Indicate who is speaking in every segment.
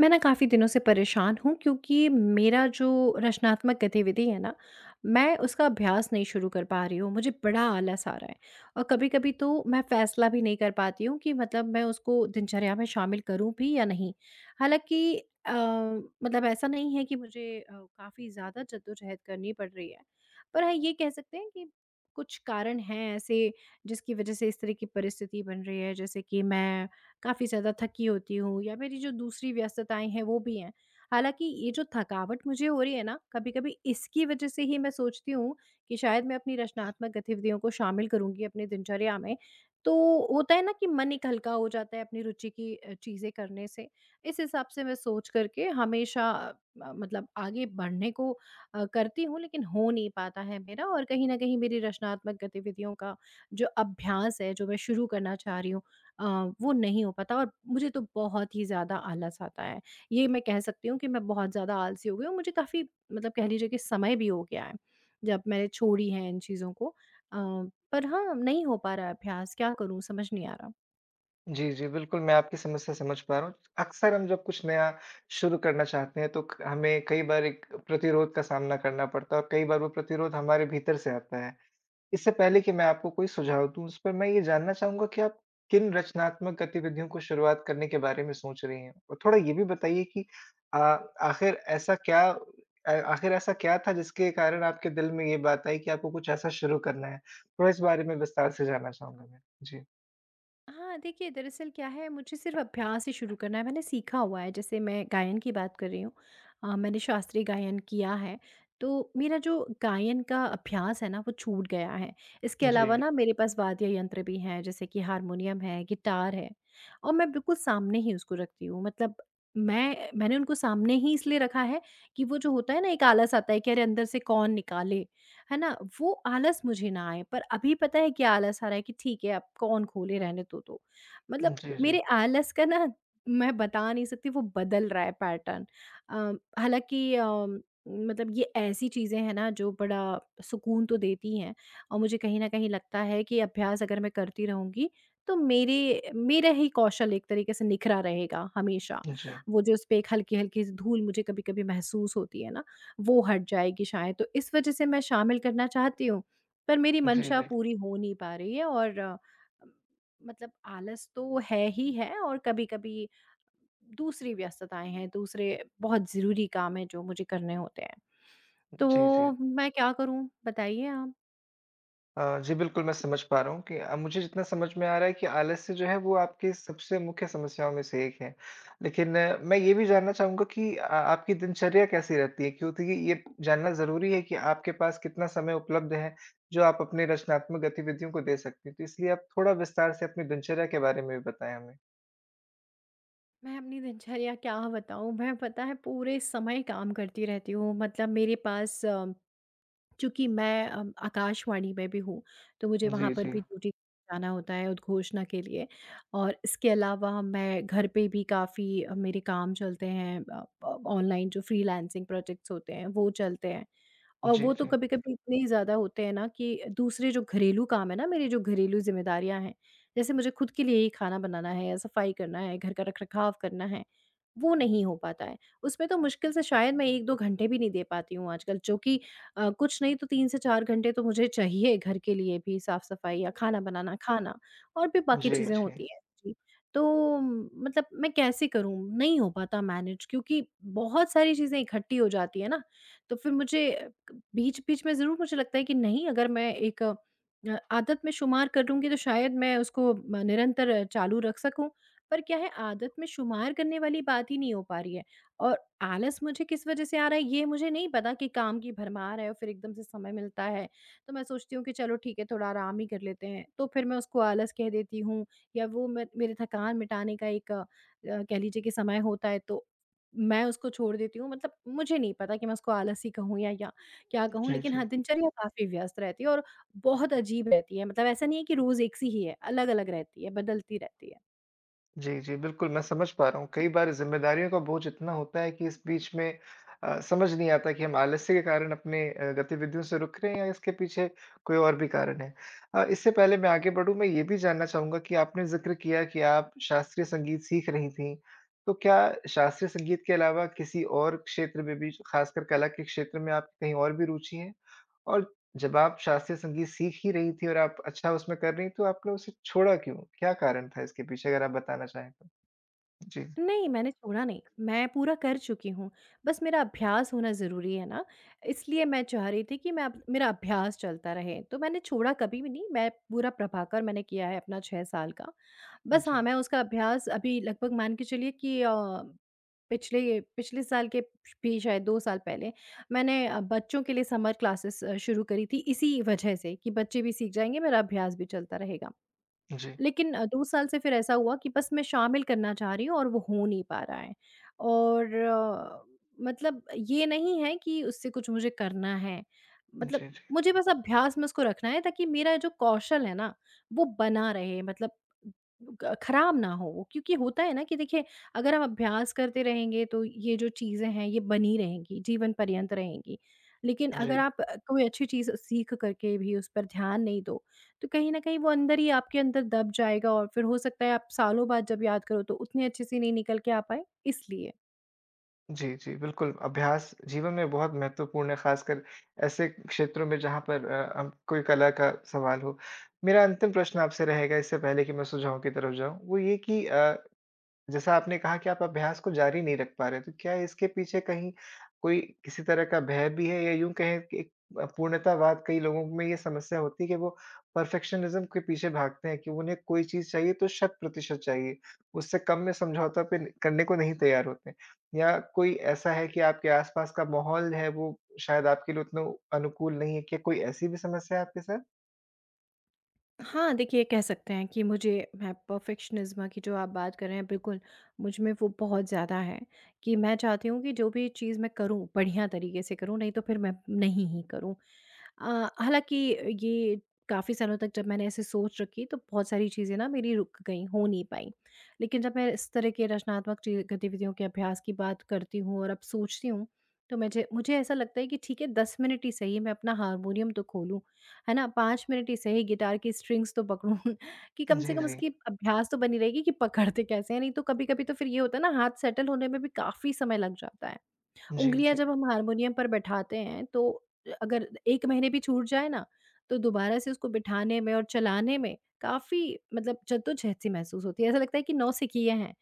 Speaker 1: मैं ना काफ़ी दिनों से परेशान हूँ, क्योंकि मेरा जो रचनात्मक गतिविधि है ना, मैं उसका अभ्यास नहीं शुरू कर पा रही हूँ। मुझे बड़ा आलस आ रहा है और कभी-कभी तो मैं फ़ैसला भी नहीं कर पाती हूँ कि मतलब मैं उसको दिनचर्या में शामिल करूँ भी या नहीं। हालाँकि अ, मतलब ऐसा नहीं है कि मुझे काफ़ी ज़्यादा जद्दोजहद करनी पड़ रही है। पर हाँ, ये कह सकते हैं कि कुछ कारण हैं ऐसे, जिसकी वज़ह से इस तरह की परिस्थिति बन रही है, जैसे कि मैं काफ़ी ज़्यादा थकी होती हूँ या मेरी जो दूसरी व्यस्तताएं हैं वो भी हैं। हालाँकि ये जो थकावट मुझे हो रही है ना, कभी-कभी इसकी वजह से ही मैं सोचती हूँ कि शायद मैं अपनी रचनात्मक गतिविधियों को शामिल करूँगी अपनी दिनचर्या में। तो होता है ना कि मन एक हल्का हो जाता है अपनी रुचि की चीज़ें करने से। इस हिसाब से मैं सोच करके हमेशा मतलब आगे बढ़ने को करती हूँ, लेकिन हो नहीं पाता है मेरा और कहीं न कहीं मेरी रचनात्मक गतिविधियों का जो अभ्यास है, जो मैं शुरू करना चाह रही हूँ अ, वो नहीं हो पाता और मुझे तो बहुत ही ज़्यादा आलस आता है। ये मैं कह सकती हूँ कि मैं बहुत ज़्यादा आलसी हो गई हूँ, मुझे काफ़ी मतलब कह लीजिए कि समय भी हो गया है, जब मैंने छोड़ी है इन चीज़ों को। अ, पर हाँ, नहीं हो पा रहा है अभ्यास, क्या करूँ समझ नहीं आ रहा।
Speaker 2: जी, जी, बिल्कुल, मैं आपकी समस्या समझ पा रहा हूँ। अक्सर हम जब कुछ नया शुरू करना चाहते हैं, तो क हमें कई बार एक प्रतिरोध का सामना करना पड़ता है और कई बार वो प्रतिरोध हमारे भीतर से आता है। इससे पहले कि मैं आपको कोई सुझाव दूँ, उस पर मैं ये जानना चाहूँगा कि आप किन रचनात्मक गतिविधियों को शुरुआत करने के बारे में सोच रही हैं? और थोड़ा ये भी बताइए कि अ, आखिर ऐसा क्या आखिर ऐसा क्या था जिसके कारण आपके दिल में ये बात आई कि आपको कुछ ऐसा शुरू करना है? थोड़ा इस बारे में विस्तार से जानना चाहूँगा मैं। जी।
Speaker 1: हाँ, देखिए दरअसल क्या है, मुझे सिर्फ़ अभ्यास ही शुरू करना है, मैंने सीखा हुआ है। जैसे मैं गायन की बात कर रही हूँ, मैंने शास्त्रीय गायन किया है, तो मेरा जो गायन का अभ्यास है ना वो छूट गया है। इसके
Speaker 2: जी।
Speaker 1: अलावा ना मेरे पास वाद्य यंत्र भी हैं, जैसे कि हारमोनियम है, गिटार है, और मैं बिल्कुल सामने ही उसको रखती हूँ। मतलब मैंने उनको सामने ही इसलिए रखा है कि वो जो होता है ना एक आलस आता है कि अरे अंदर से कौन निकाले? है ना? वो आलस मुझे ना आए, पर अभी पता है क्या आलस आ रहा है कि ठीक है, अब कौन खोले, रहने दो तो। मतलब
Speaker 2: जी, जी।
Speaker 1: मेरे आलस का ना मैं बता नहीं सकती, वो बदल रहा है पैटर्न। हालाँकि मतलब ये ऐसी चीज़ें हैं ना जो बड़ा सुकून तो देती हैं और मुझे कहीं न कहीं लगता है कि अभ्यास अगर मैं करती रहूँगी, तो मेरे मेरा ही कौशल एक तरीके से निखरा रहेगा हमेशा।
Speaker 2: जी,
Speaker 1: वो जो उस पे एक हल्की-हल्की सी धूल मुझे कभी-कभी महसूस होती है ना, वो हट जाएगी शायद, तो इस वज़ह से मैं शामिल करना चाहती हूँ, पर मेरी
Speaker 2: जी,
Speaker 1: मंशा
Speaker 2: जी।
Speaker 1: पूरी हो नहीं पा रही है और मतलब आलस तो है ही है और कभी-कभी दूसरी व्यस्तताएँ हैं, दूसरे बहुत ज़रूरी काम हैं जो मुझे करने होते हैं।
Speaker 2: जी, जी।
Speaker 1: तो मैं क्या करूँ बताइए आप?
Speaker 2: जी, बिल्कुल मैं समझ पा रहा हूँ कि मुझे जितना समझ में आ रहा है कि आलस्य जो है वो आपकी सबसे मुख्य समस्याओं में से एक है। लेकिन मैं ये भी जानना चाहूँगा कि आपकी दिनचर्या कैसी रहती है? क्योंकि ये जानना ज़रूरी है कि आपके पास कितना समय उपलब्ध है, जो आप अपनी रचनात्मक गतिविधियों को दे सकते हैं। तो इसलिए आप थोड़ा विस्तार से अपनी दिनचर्या के बारे में भी बताएँ हमें।
Speaker 1: मैं अपनी दिनचर्या क्या बताऊँ? मैं पता है पूरे समय काम करती रहती हूँ। मतलब मेरे पास, चूँकि मैं आकाशवाणी में भी हूँ, तो मुझे वहाँ
Speaker 2: जी,
Speaker 1: पर
Speaker 2: जी।
Speaker 1: भी ड्यूटी जाना होता है उद्घोषणा के लिए और इसके अलावा मैं घर पे भी काफ़ी मेरे काम चलते हैं। ऑनलाइन जो फ्रीलांसिंग प्रोजेक्ट्स होते हैं, वो चलते हैं। और
Speaker 2: जी,
Speaker 1: वो तो
Speaker 2: जी।
Speaker 1: कभी-कभी इतने ही ज़्यादा होते हैं ना कि दूसरे जो घरेलू काम है ना, मेरी जो घरेलू ज़िम्मेदारियाँ हैं, जैसे मुझे खुद के लिए ही खाना बनाना है या सफाई करना है, घर का रख-रखाव करना है, वो नहीं हो पाता है। उसमें तो मुश्किल से शायद मैं 1-2 घंटे भी नहीं दे पाती हूँ आजकल, जो कि कुछ नहीं तो 3 से 4 घंटे तो मुझे चाहिए घर के लिए भी, साफ-सफाई या खाना बनाना, खाना और भी बाकी
Speaker 2: जी,
Speaker 1: चीज़ें
Speaker 2: जी।
Speaker 1: होती हैं। जी, तो मतलब मैं कैसे करूँ? नहीं हो पाता मैनेज, क्योंकि बहुत सारी चीज़ें इकट्ठी हो जाती हैं ना, तो फिर मुझे बीच-बीच में ज़रूर मुझे लगता है कि नहीं, अगर मैं एक आदत में शुमार कर लूँगी, तो शायद मैं उसको म निरंतर चालू रख सकूँ। पर क्या है, आदत में शुमार करने वाली बात ही नहीं हो पा रही है और आलस मुझे किस वज़ह से आ रहा है ये मुझे नहीं पता। कि काम की भरमार है और फिर एकदम से समय मिलता है, तो मैं सोचती हूँ कि चलो ठीक है, थोड़ा आराम ही कर लेते हैं। तो फिर मैं उसको आलस कह देती हूँ या वो मैं मेरे थकान मिटाने का एक कह लीजिए कि समय होता है, तो मैं उसको छोड़ देती हूँ। मतलब मुझे नहीं पता कि मैं उसको आलस ही कहूँ या क्या कहूँ,
Speaker 2: जी,
Speaker 1: लेकिन
Speaker 2: जी।
Speaker 1: हाँ, दिनचर्या काफ़ी व्यस्त रहती है और बहुत अजीब रहती है, मतलब ऐसा नहीं है कि रोज़ एक सी ही है, अलग-अलग रहती है, बदलती रहती है।
Speaker 2: जी, जी, बिल्कुल, मैं समझ पा रहा हूँ। कई बार ज़िम्मेदारियों का बोझ इतना होता है कि इस बीच में समझ नहीं आता कि हम आलस्य के कारण अपने गतिविधियों से रुक रहे हैं या इसके पीछे कोई और भी कारण है। इससे पहले मैं आगे बढ़ूँ, मैं ये भी जानना चाहूँगा कि आपने ज़िक्र किया कि आप शास्त्रीय संगीत सीख रही थीं, तो क्या शास्त्रीय संगीत के अलावा किसी और क्षेत्र में भी, ख़ासकर कला के क्षेत्र में आपकी कहीं और भी रुचि है? और जब आप शास्त्रीय संगीत सीख ही रही थी और आप अच्छा उसमें कर रही, तो आपने उसे छोड़ा क्यों? क्या कारण था इसके पीछे अगर आप बताना चाहें तो? जी,
Speaker 1: नहीं, मैंने छोड़ा नहीं, मैं पूरा कर चुकी हूँ, बस मेरा अभ्यास होना ज़रूरी है ना, इसलिए मैं चाह रही थी कि मैं अप मेरा अभ्यास चलता रहे। तो मैंने छोड़ा कभी भी नहीं, मैं पूरा प्रभाकर मैंने किया है अपना 6 साल का। बस
Speaker 2: जी,
Speaker 1: हाँ, मैं उसका अभ्यास अभी लगभग मान के चलिए कि पिछले पिछले साल के भी शायद 2 साल पहले मैंने बच्चों के लिए समर क्लासेस शुरू करी थी, इसी वजह से कि बच्चे भी सीख जाएँगे, मेरा अभ्यास भी चलता रहेगा।
Speaker 2: जी,
Speaker 1: लेकिन 2 साल से फिर ऐसा हुआ कि बस मैं शामिल करना चाह रही हूँ और वो हो नहीं पा रहा है। और मतलब ये नहीं है कि उससे कुछ मुझे करना है। मतलब
Speaker 2: जी, जी,
Speaker 1: मुझे बस अभ्यास में उसको रखना है, ताकि मेरा जो कौशल है ना, वो बना रहे, मतलब ग खराब ना हो वो। क्योंकि होता है ना कि देखिए, अगर हम अभ्यास करते रहेंगे तो ये जो चीज़ें हैं ये बनी रहेंगी, जीवन पर्यंत रहेंगी। लेकिन अगर
Speaker 2: जी।
Speaker 1: आप कोई अच्छी चीज़ सीख कर के भी उस पर ध्यान नहीं दोगे, तो कहीं न कहीं वो अंदर ही आपके अंदर दब जाएगा और फिर हो सकता है आप सालों बाद जब याद करो, तो उतने अच्छे से नहीं निकल के आ पाए, इसलिए।
Speaker 2: जी, जी, बिल्कुल अभ्यास जीवन में बहुत महत्वपूर्ण है, ख़ासकर ऐसे क्षेत्रों में जहाँ पर हम कोई कला का सवाल हो। मेरा अंतिम प्रश्न आपसे रहेगा इससे पहले कि मैं सुझाव की तरफ जाऊँ, वो ये कि जैसा आपने कहा कि आप अभ्यास को जारी नहीं रख पा रहे, तो क्या इसके पीछे कहीं कोई किसी तरह का भय भी है या यूँ कहें कि एक पूर्णतावाद कई लोगों में ये समस्या होती है कि वो परफेक्शनिज़्म के पीछे भागते हैं कि उन्हें कोई चीज़ चाहिए तो शत प्रतिशत चाहिए, उससे कम में समझौता पे न करने को नहीं तैयार होते। या कोई ऐसा है कि आपके आस-पास का माहौल है वो शायद आपके लिए उतना अनुकूल नहीं है, क्या कोई ऐसी भी समस्या है आपके साथ?
Speaker 1: हाँ, देखिए कह सकते हैं कि मुझे मैं परफ़ेक्शनिज़्म की जो आप बात कर रहे हैं बिल्कुल, मुझ में वो बहुत ज़्यादा है कि मैं चाहती हूँ कि जो भी चीज़ मैं करूँ बढ़िया तरीके से करूँ, नहीं तो फिर मैं नहीं ही करूँ। हालाँकि ये काफ़ी सालों तक जब मैंने ऐसे सोच रखी, तो बहुत सारी चीज़ें ना मेरी रुक गईं, हो नहीं पाईं। लेकिन जब मैं इस तरह के रचनात्मक चीज़ गतिविधियों के अभ्यास की बात करती हूँ और अब सोचती हूँ, तो मुझे मुझे ऐसा लगता है कि ठीक है 10 मिनट ही सही, मैं अपना हारमोनियम तो खोलूँ, है ना? 5 मिनट ही सही, गिटार की स्ट्रिंग्स तो पकड़ूँ कि कम से
Speaker 2: जी,
Speaker 1: कम
Speaker 2: जी।
Speaker 1: उसकी अभ्यास तो बनी रहेगी कि पकड़ते कैसे हैं, नहीं तो कभी-कभी तो फिर ये होता है ना, हाथ सेटल होने में भी काफ़ी समय लग जाता है।
Speaker 2: जी,
Speaker 1: उँगलियाँ
Speaker 2: जी।
Speaker 1: जब हम हारमोनियम पर बैठाते हैं, तो अगर 1 महीने भी छूट जाए ना, तो दोबारा से उसको बिठाने में और चलाने में काफ़ी मतलब जद्दोजहद सी महसूस होती है। ऐसा लगता है कि नौ सिखिए हैं।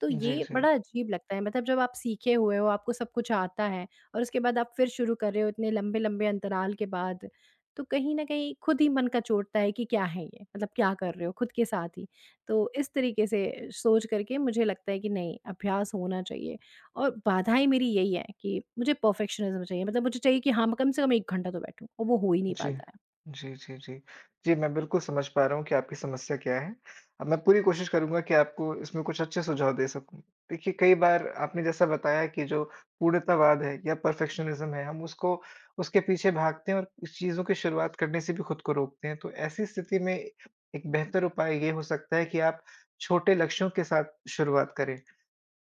Speaker 1: तो
Speaker 2: जी,
Speaker 1: ये
Speaker 2: जी।
Speaker 1: बड़ा अजीब लगता है, मतलब जब आप सीखे हुए हो, आपको सब कुछ आता है और उसके बाद आप फिर शुरू कर रहे हो इतने लंबे-लंबे अंतराल के बाद, तो कहीं न कहीं खुद ही मन कचोटता है कि क्या है ये? मतलब क्या कर रहे हो खुद के साथ ही। तो इस तरीके से सोच करके मुझे लगता है कि नहीं, अभ्यास होना चाहिए। और बाधाएँ मेरी यही है कि मुझे परफेक्शनिज़्म चाहिए। मतलब मुझे चाहिए कि हाँ, मैं कम से कम 1 घंटा तो बैठूँ और वो हो ही नहीं
Speaker 2: जी।
Speaker 1: पाता है।
Speaker 2: जी, जी, जी। जी, मैं बिल्कुल समझ पा रहा हूँ कि आपकी समस्या क्या है। अब मैं पूरी कोशिश करूँगा कि आपको इसमें कुछ अच्छे सुझाव दे सकूँ। देखिए, कई बार आपने जैसा बताया कि जो पूर्णतावाद है या परफेक्शनिज़्म है, हम उसको उसके पीछे भागते हैं और इस चीज़ों की शुरुआत करने से भी खुद को रोकते हैं। तो ऐसी स्थिति में एक बेहतर उपाय ये हो सकता है कि आप छोटे लक्ष्यों के साथ शुरुआत करें।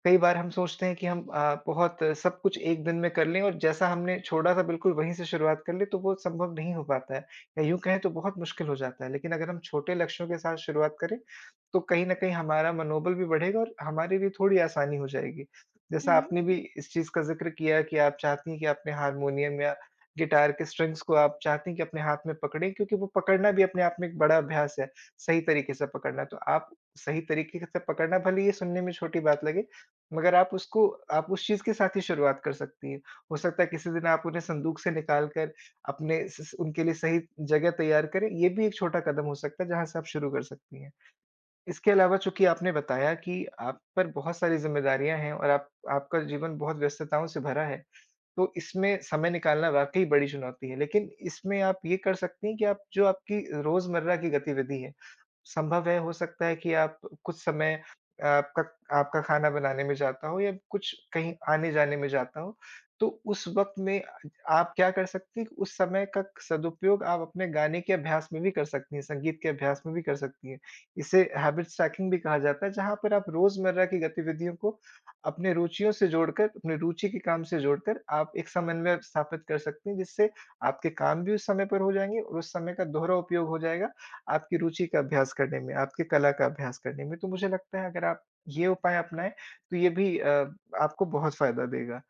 Speaker 2: कई बार हम सोचते हैं कि हम बहुत सब कुछ एक दिन में कर लें और जैसा हमने छोड़ा था बिल्कुल वहीं से शुरुआत कर लें तो वो संभव नहीं हो पाता है या यूँ कहें तो बहुत मुश्किल हो जाता है। लेकिन अगर हम छोटे लक्ष्यों के साथ शुरुआत करें, तो कहीं न कहीं हमारा मनोबल भी बढ़ेगा और हमारे लिए थोड़ी आसानी हो जाएगी।
Speaker 1: हुँ,
Speaker 2: जैसा
Speaker 1: हुँ।
Speaker 2: आपने भी इस चीज़ का ज़िक्र किया कि आप चाहती हैं कि अपने हारमोनियम या गिटार के स्ट्रिंग्स को आप चाहती हैं कि अपने हाथ में पकड़ें क्योंकि वो पकड़ना भी अपने आप में एक बड़ा अभ्यास है, सही तरीके से पकड़ना। तो आप सही तरीके से पकड़ना भले ये सुनने में छोटी बात लगे, मगर आप उस चीज़ के साथ ही शुरुआत कर सकती हैं। हो सकता है किसी दिन आप उन्हें संदूक से निकाल कर अपने स स उनके लिए सही जगह तैयार करें, ये भी एक छोटा कदम हो सकता है जहाँ से आप शुरू कर सकती हैं। इसके अलावा चूँकि आपने बताया कि आप पर बहुत सारी ज़िम्मेदारियाँ हैं और आप आपका जीवन बहुत व्यस्तताओं से भरा है, तो इसमें समय निकालना वाक़ई बड़ी चुनौती है। लेकिन इसमें आप ये कर सकती हैं कि आप जो आपकी रोज़मर्रा की गतिविधि है, संभव है हो सकता है कि आप कुछ समय आपका आपका खाना बनाने में जाता हो या कुछ कहीं आने-जाने में जाता हो, तो उस वक़्त में आप क्या कर सकती हैं कि उस समय का सदुपयोग आप अपने गाने के अभ्यास में भी कर सकती हैं, संगीत के अभ्यास में भी कर सकती हैं। इसे हैबिट स्टैकिंग भी कहा जाता है, जहाँ पर आप रोज़मर्रा की गतिविधियों को अपने रुचियों से जोड़कर, अपनी रुचि के काम से जोड़कर आप एक समन्वय स्थापित कर सकते हैं, जिससे आपके काम भी उस समय पर हो जाएँगे और उस समय का दोहरा उपयोग हो जाएगा आपकी रुचि का अभ्यास करने में, आपकी कला का अभ्यास करने में। तो मुझे लगता है अगर आप ये उपाय अपनाएँ, तो ये भी आपको बहुत फ़ायदा देगा।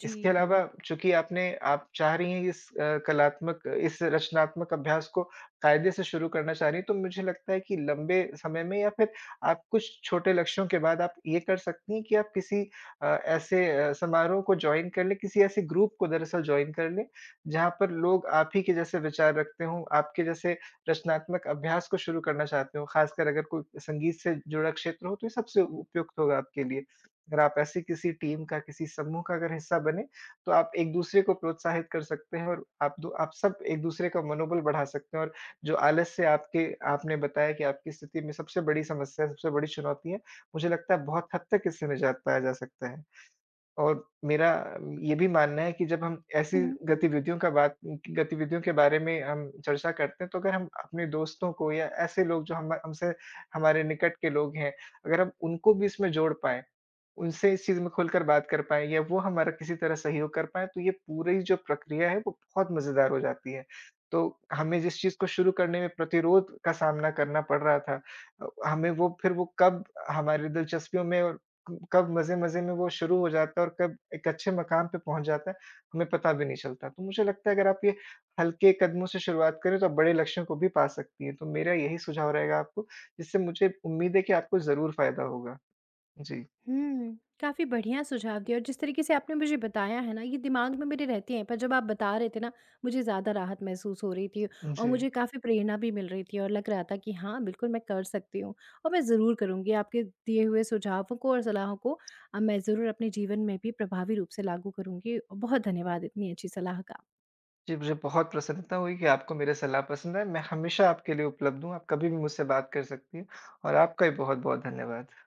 Speaker 1: जी।
Speaker 2: इसके अलावा चूँकि आपने आप चाह रही हैं इस कलात्मक इस रचनात्मक अभ्यास को कायदे से शुरू करना चाह रही हैं, तो मुझे लगता है कि लंबे समय में या फिर आप कुछ छोटे लक्ष्यों के बाद आप ये कर सकती हैं कि आप किसी ऐसे समारोह को जॉइन कर लें, किसी ऐसे ग्रुप को दरअसल जॉइन कर लें, जहाँ पर लोग आप ही के जैसे विचार रखते हों, आपके जैसे रचनात्मक अभ्यास को शुरू करना चाहते हों, खासकर अगर कोई संगीत से जुड़ा क्षेत्र हो, तो ये सबसे उपयुक्त होगा आपके लिए। अगर आप ऐसी किसी टीम का, किसी समूह का अगर हिस्सा बने, तो आप एक-दूसरे को प्रोत्साहित कर सकते हैं और आप सब एक-दूसरे का मनोबल बढ़ा सकते हैं और जो आलस से आपके आपने बताया कि आपकी स्थिति में सबसे बड़ी समस्या, सबसे बड़ी चुनौती है, मुझे लगता है बहुत हद तक इससे निजात पाया जा सकता है। और मेरा ये भी मानना है कि जब हम ऐसी
Speaker 1: हुँ, हुँ।
Speaker 2: गतिविधियों का बात गतिविधियों के बारे में हम चर्चा करते हैं, तो अगर हम अपने दोस्तों को या ऐसे लोग जो हम हमसे हमारे निकट के लोग हैं, अगर हम उनको भी इसमें जोड़ पाएँ, उनसे इस चीज़ में खुलकर बात कर पाएँ या वो हमारा किसी तरह सहयोग कर पाएँ, तो ये पूरी जो प्रक्रिया है, वो बहुत मज़ेदार हो जाती है। तो हमें जिस चीज़ को शुरू करने में प्रतिरोध का सामना करना पड़ रहा था हमें वो फिर वो कब हमारी दिलचस्पियों में और क कब मज़े-मज़े में वो शुरू हो जाता है और कब एक अच्छे मकाम पे पहुँच जाता है, हमें पता भी नहीं चलता। तो मुझे लगता है अगर आप ये हल्के कदमों से शुरुआत करें, तो आप बड़े लक्ष्यों को भी पा सकती हैं। तो मेरा यही सुझाव रहेगा आपको, जिससे मुझे उम्मीद है कि आपको ज़रूर फ़ायदा होगा। जी,
Speaker 1: हुँ, काफ़ी बढ़िया सुझाव दिए और जिस तरीके से आपने मुझे बताया है ना, ये दिमाग में मेरे रहते हैं, पर जब आप बता रहे थे ना, मुझे ज़्यादा राहत महसूस हो रही थी और
Speaker 2: जी।
Speaker 1: मुझे काफ़ी प्रेरणा भी मिल रही थी और लग रहा था कि हाँ, बिल्कुल मैं कर सकती हूँ और मैं ज़रूर करूँगी। आपके दिए हुए सुझावों को और सलाहों को मैं ज़रूर अपने जीवन में भी प्रभावी रूप से लागू करूँगी। बहुत धन्यवाद इतनी अच्छी सलाह का।
Speaker 2: जी, मुझे बहुत प्रसन्नता हुई कि आपको मेरी सलाह पसंद आई। मैं हमेशा आपके लिए उपलब्ध हूँ, आप कभी भी मुझसे बात कर सकती हैं और आपका भी बहुत-बहुत धन्यवाद।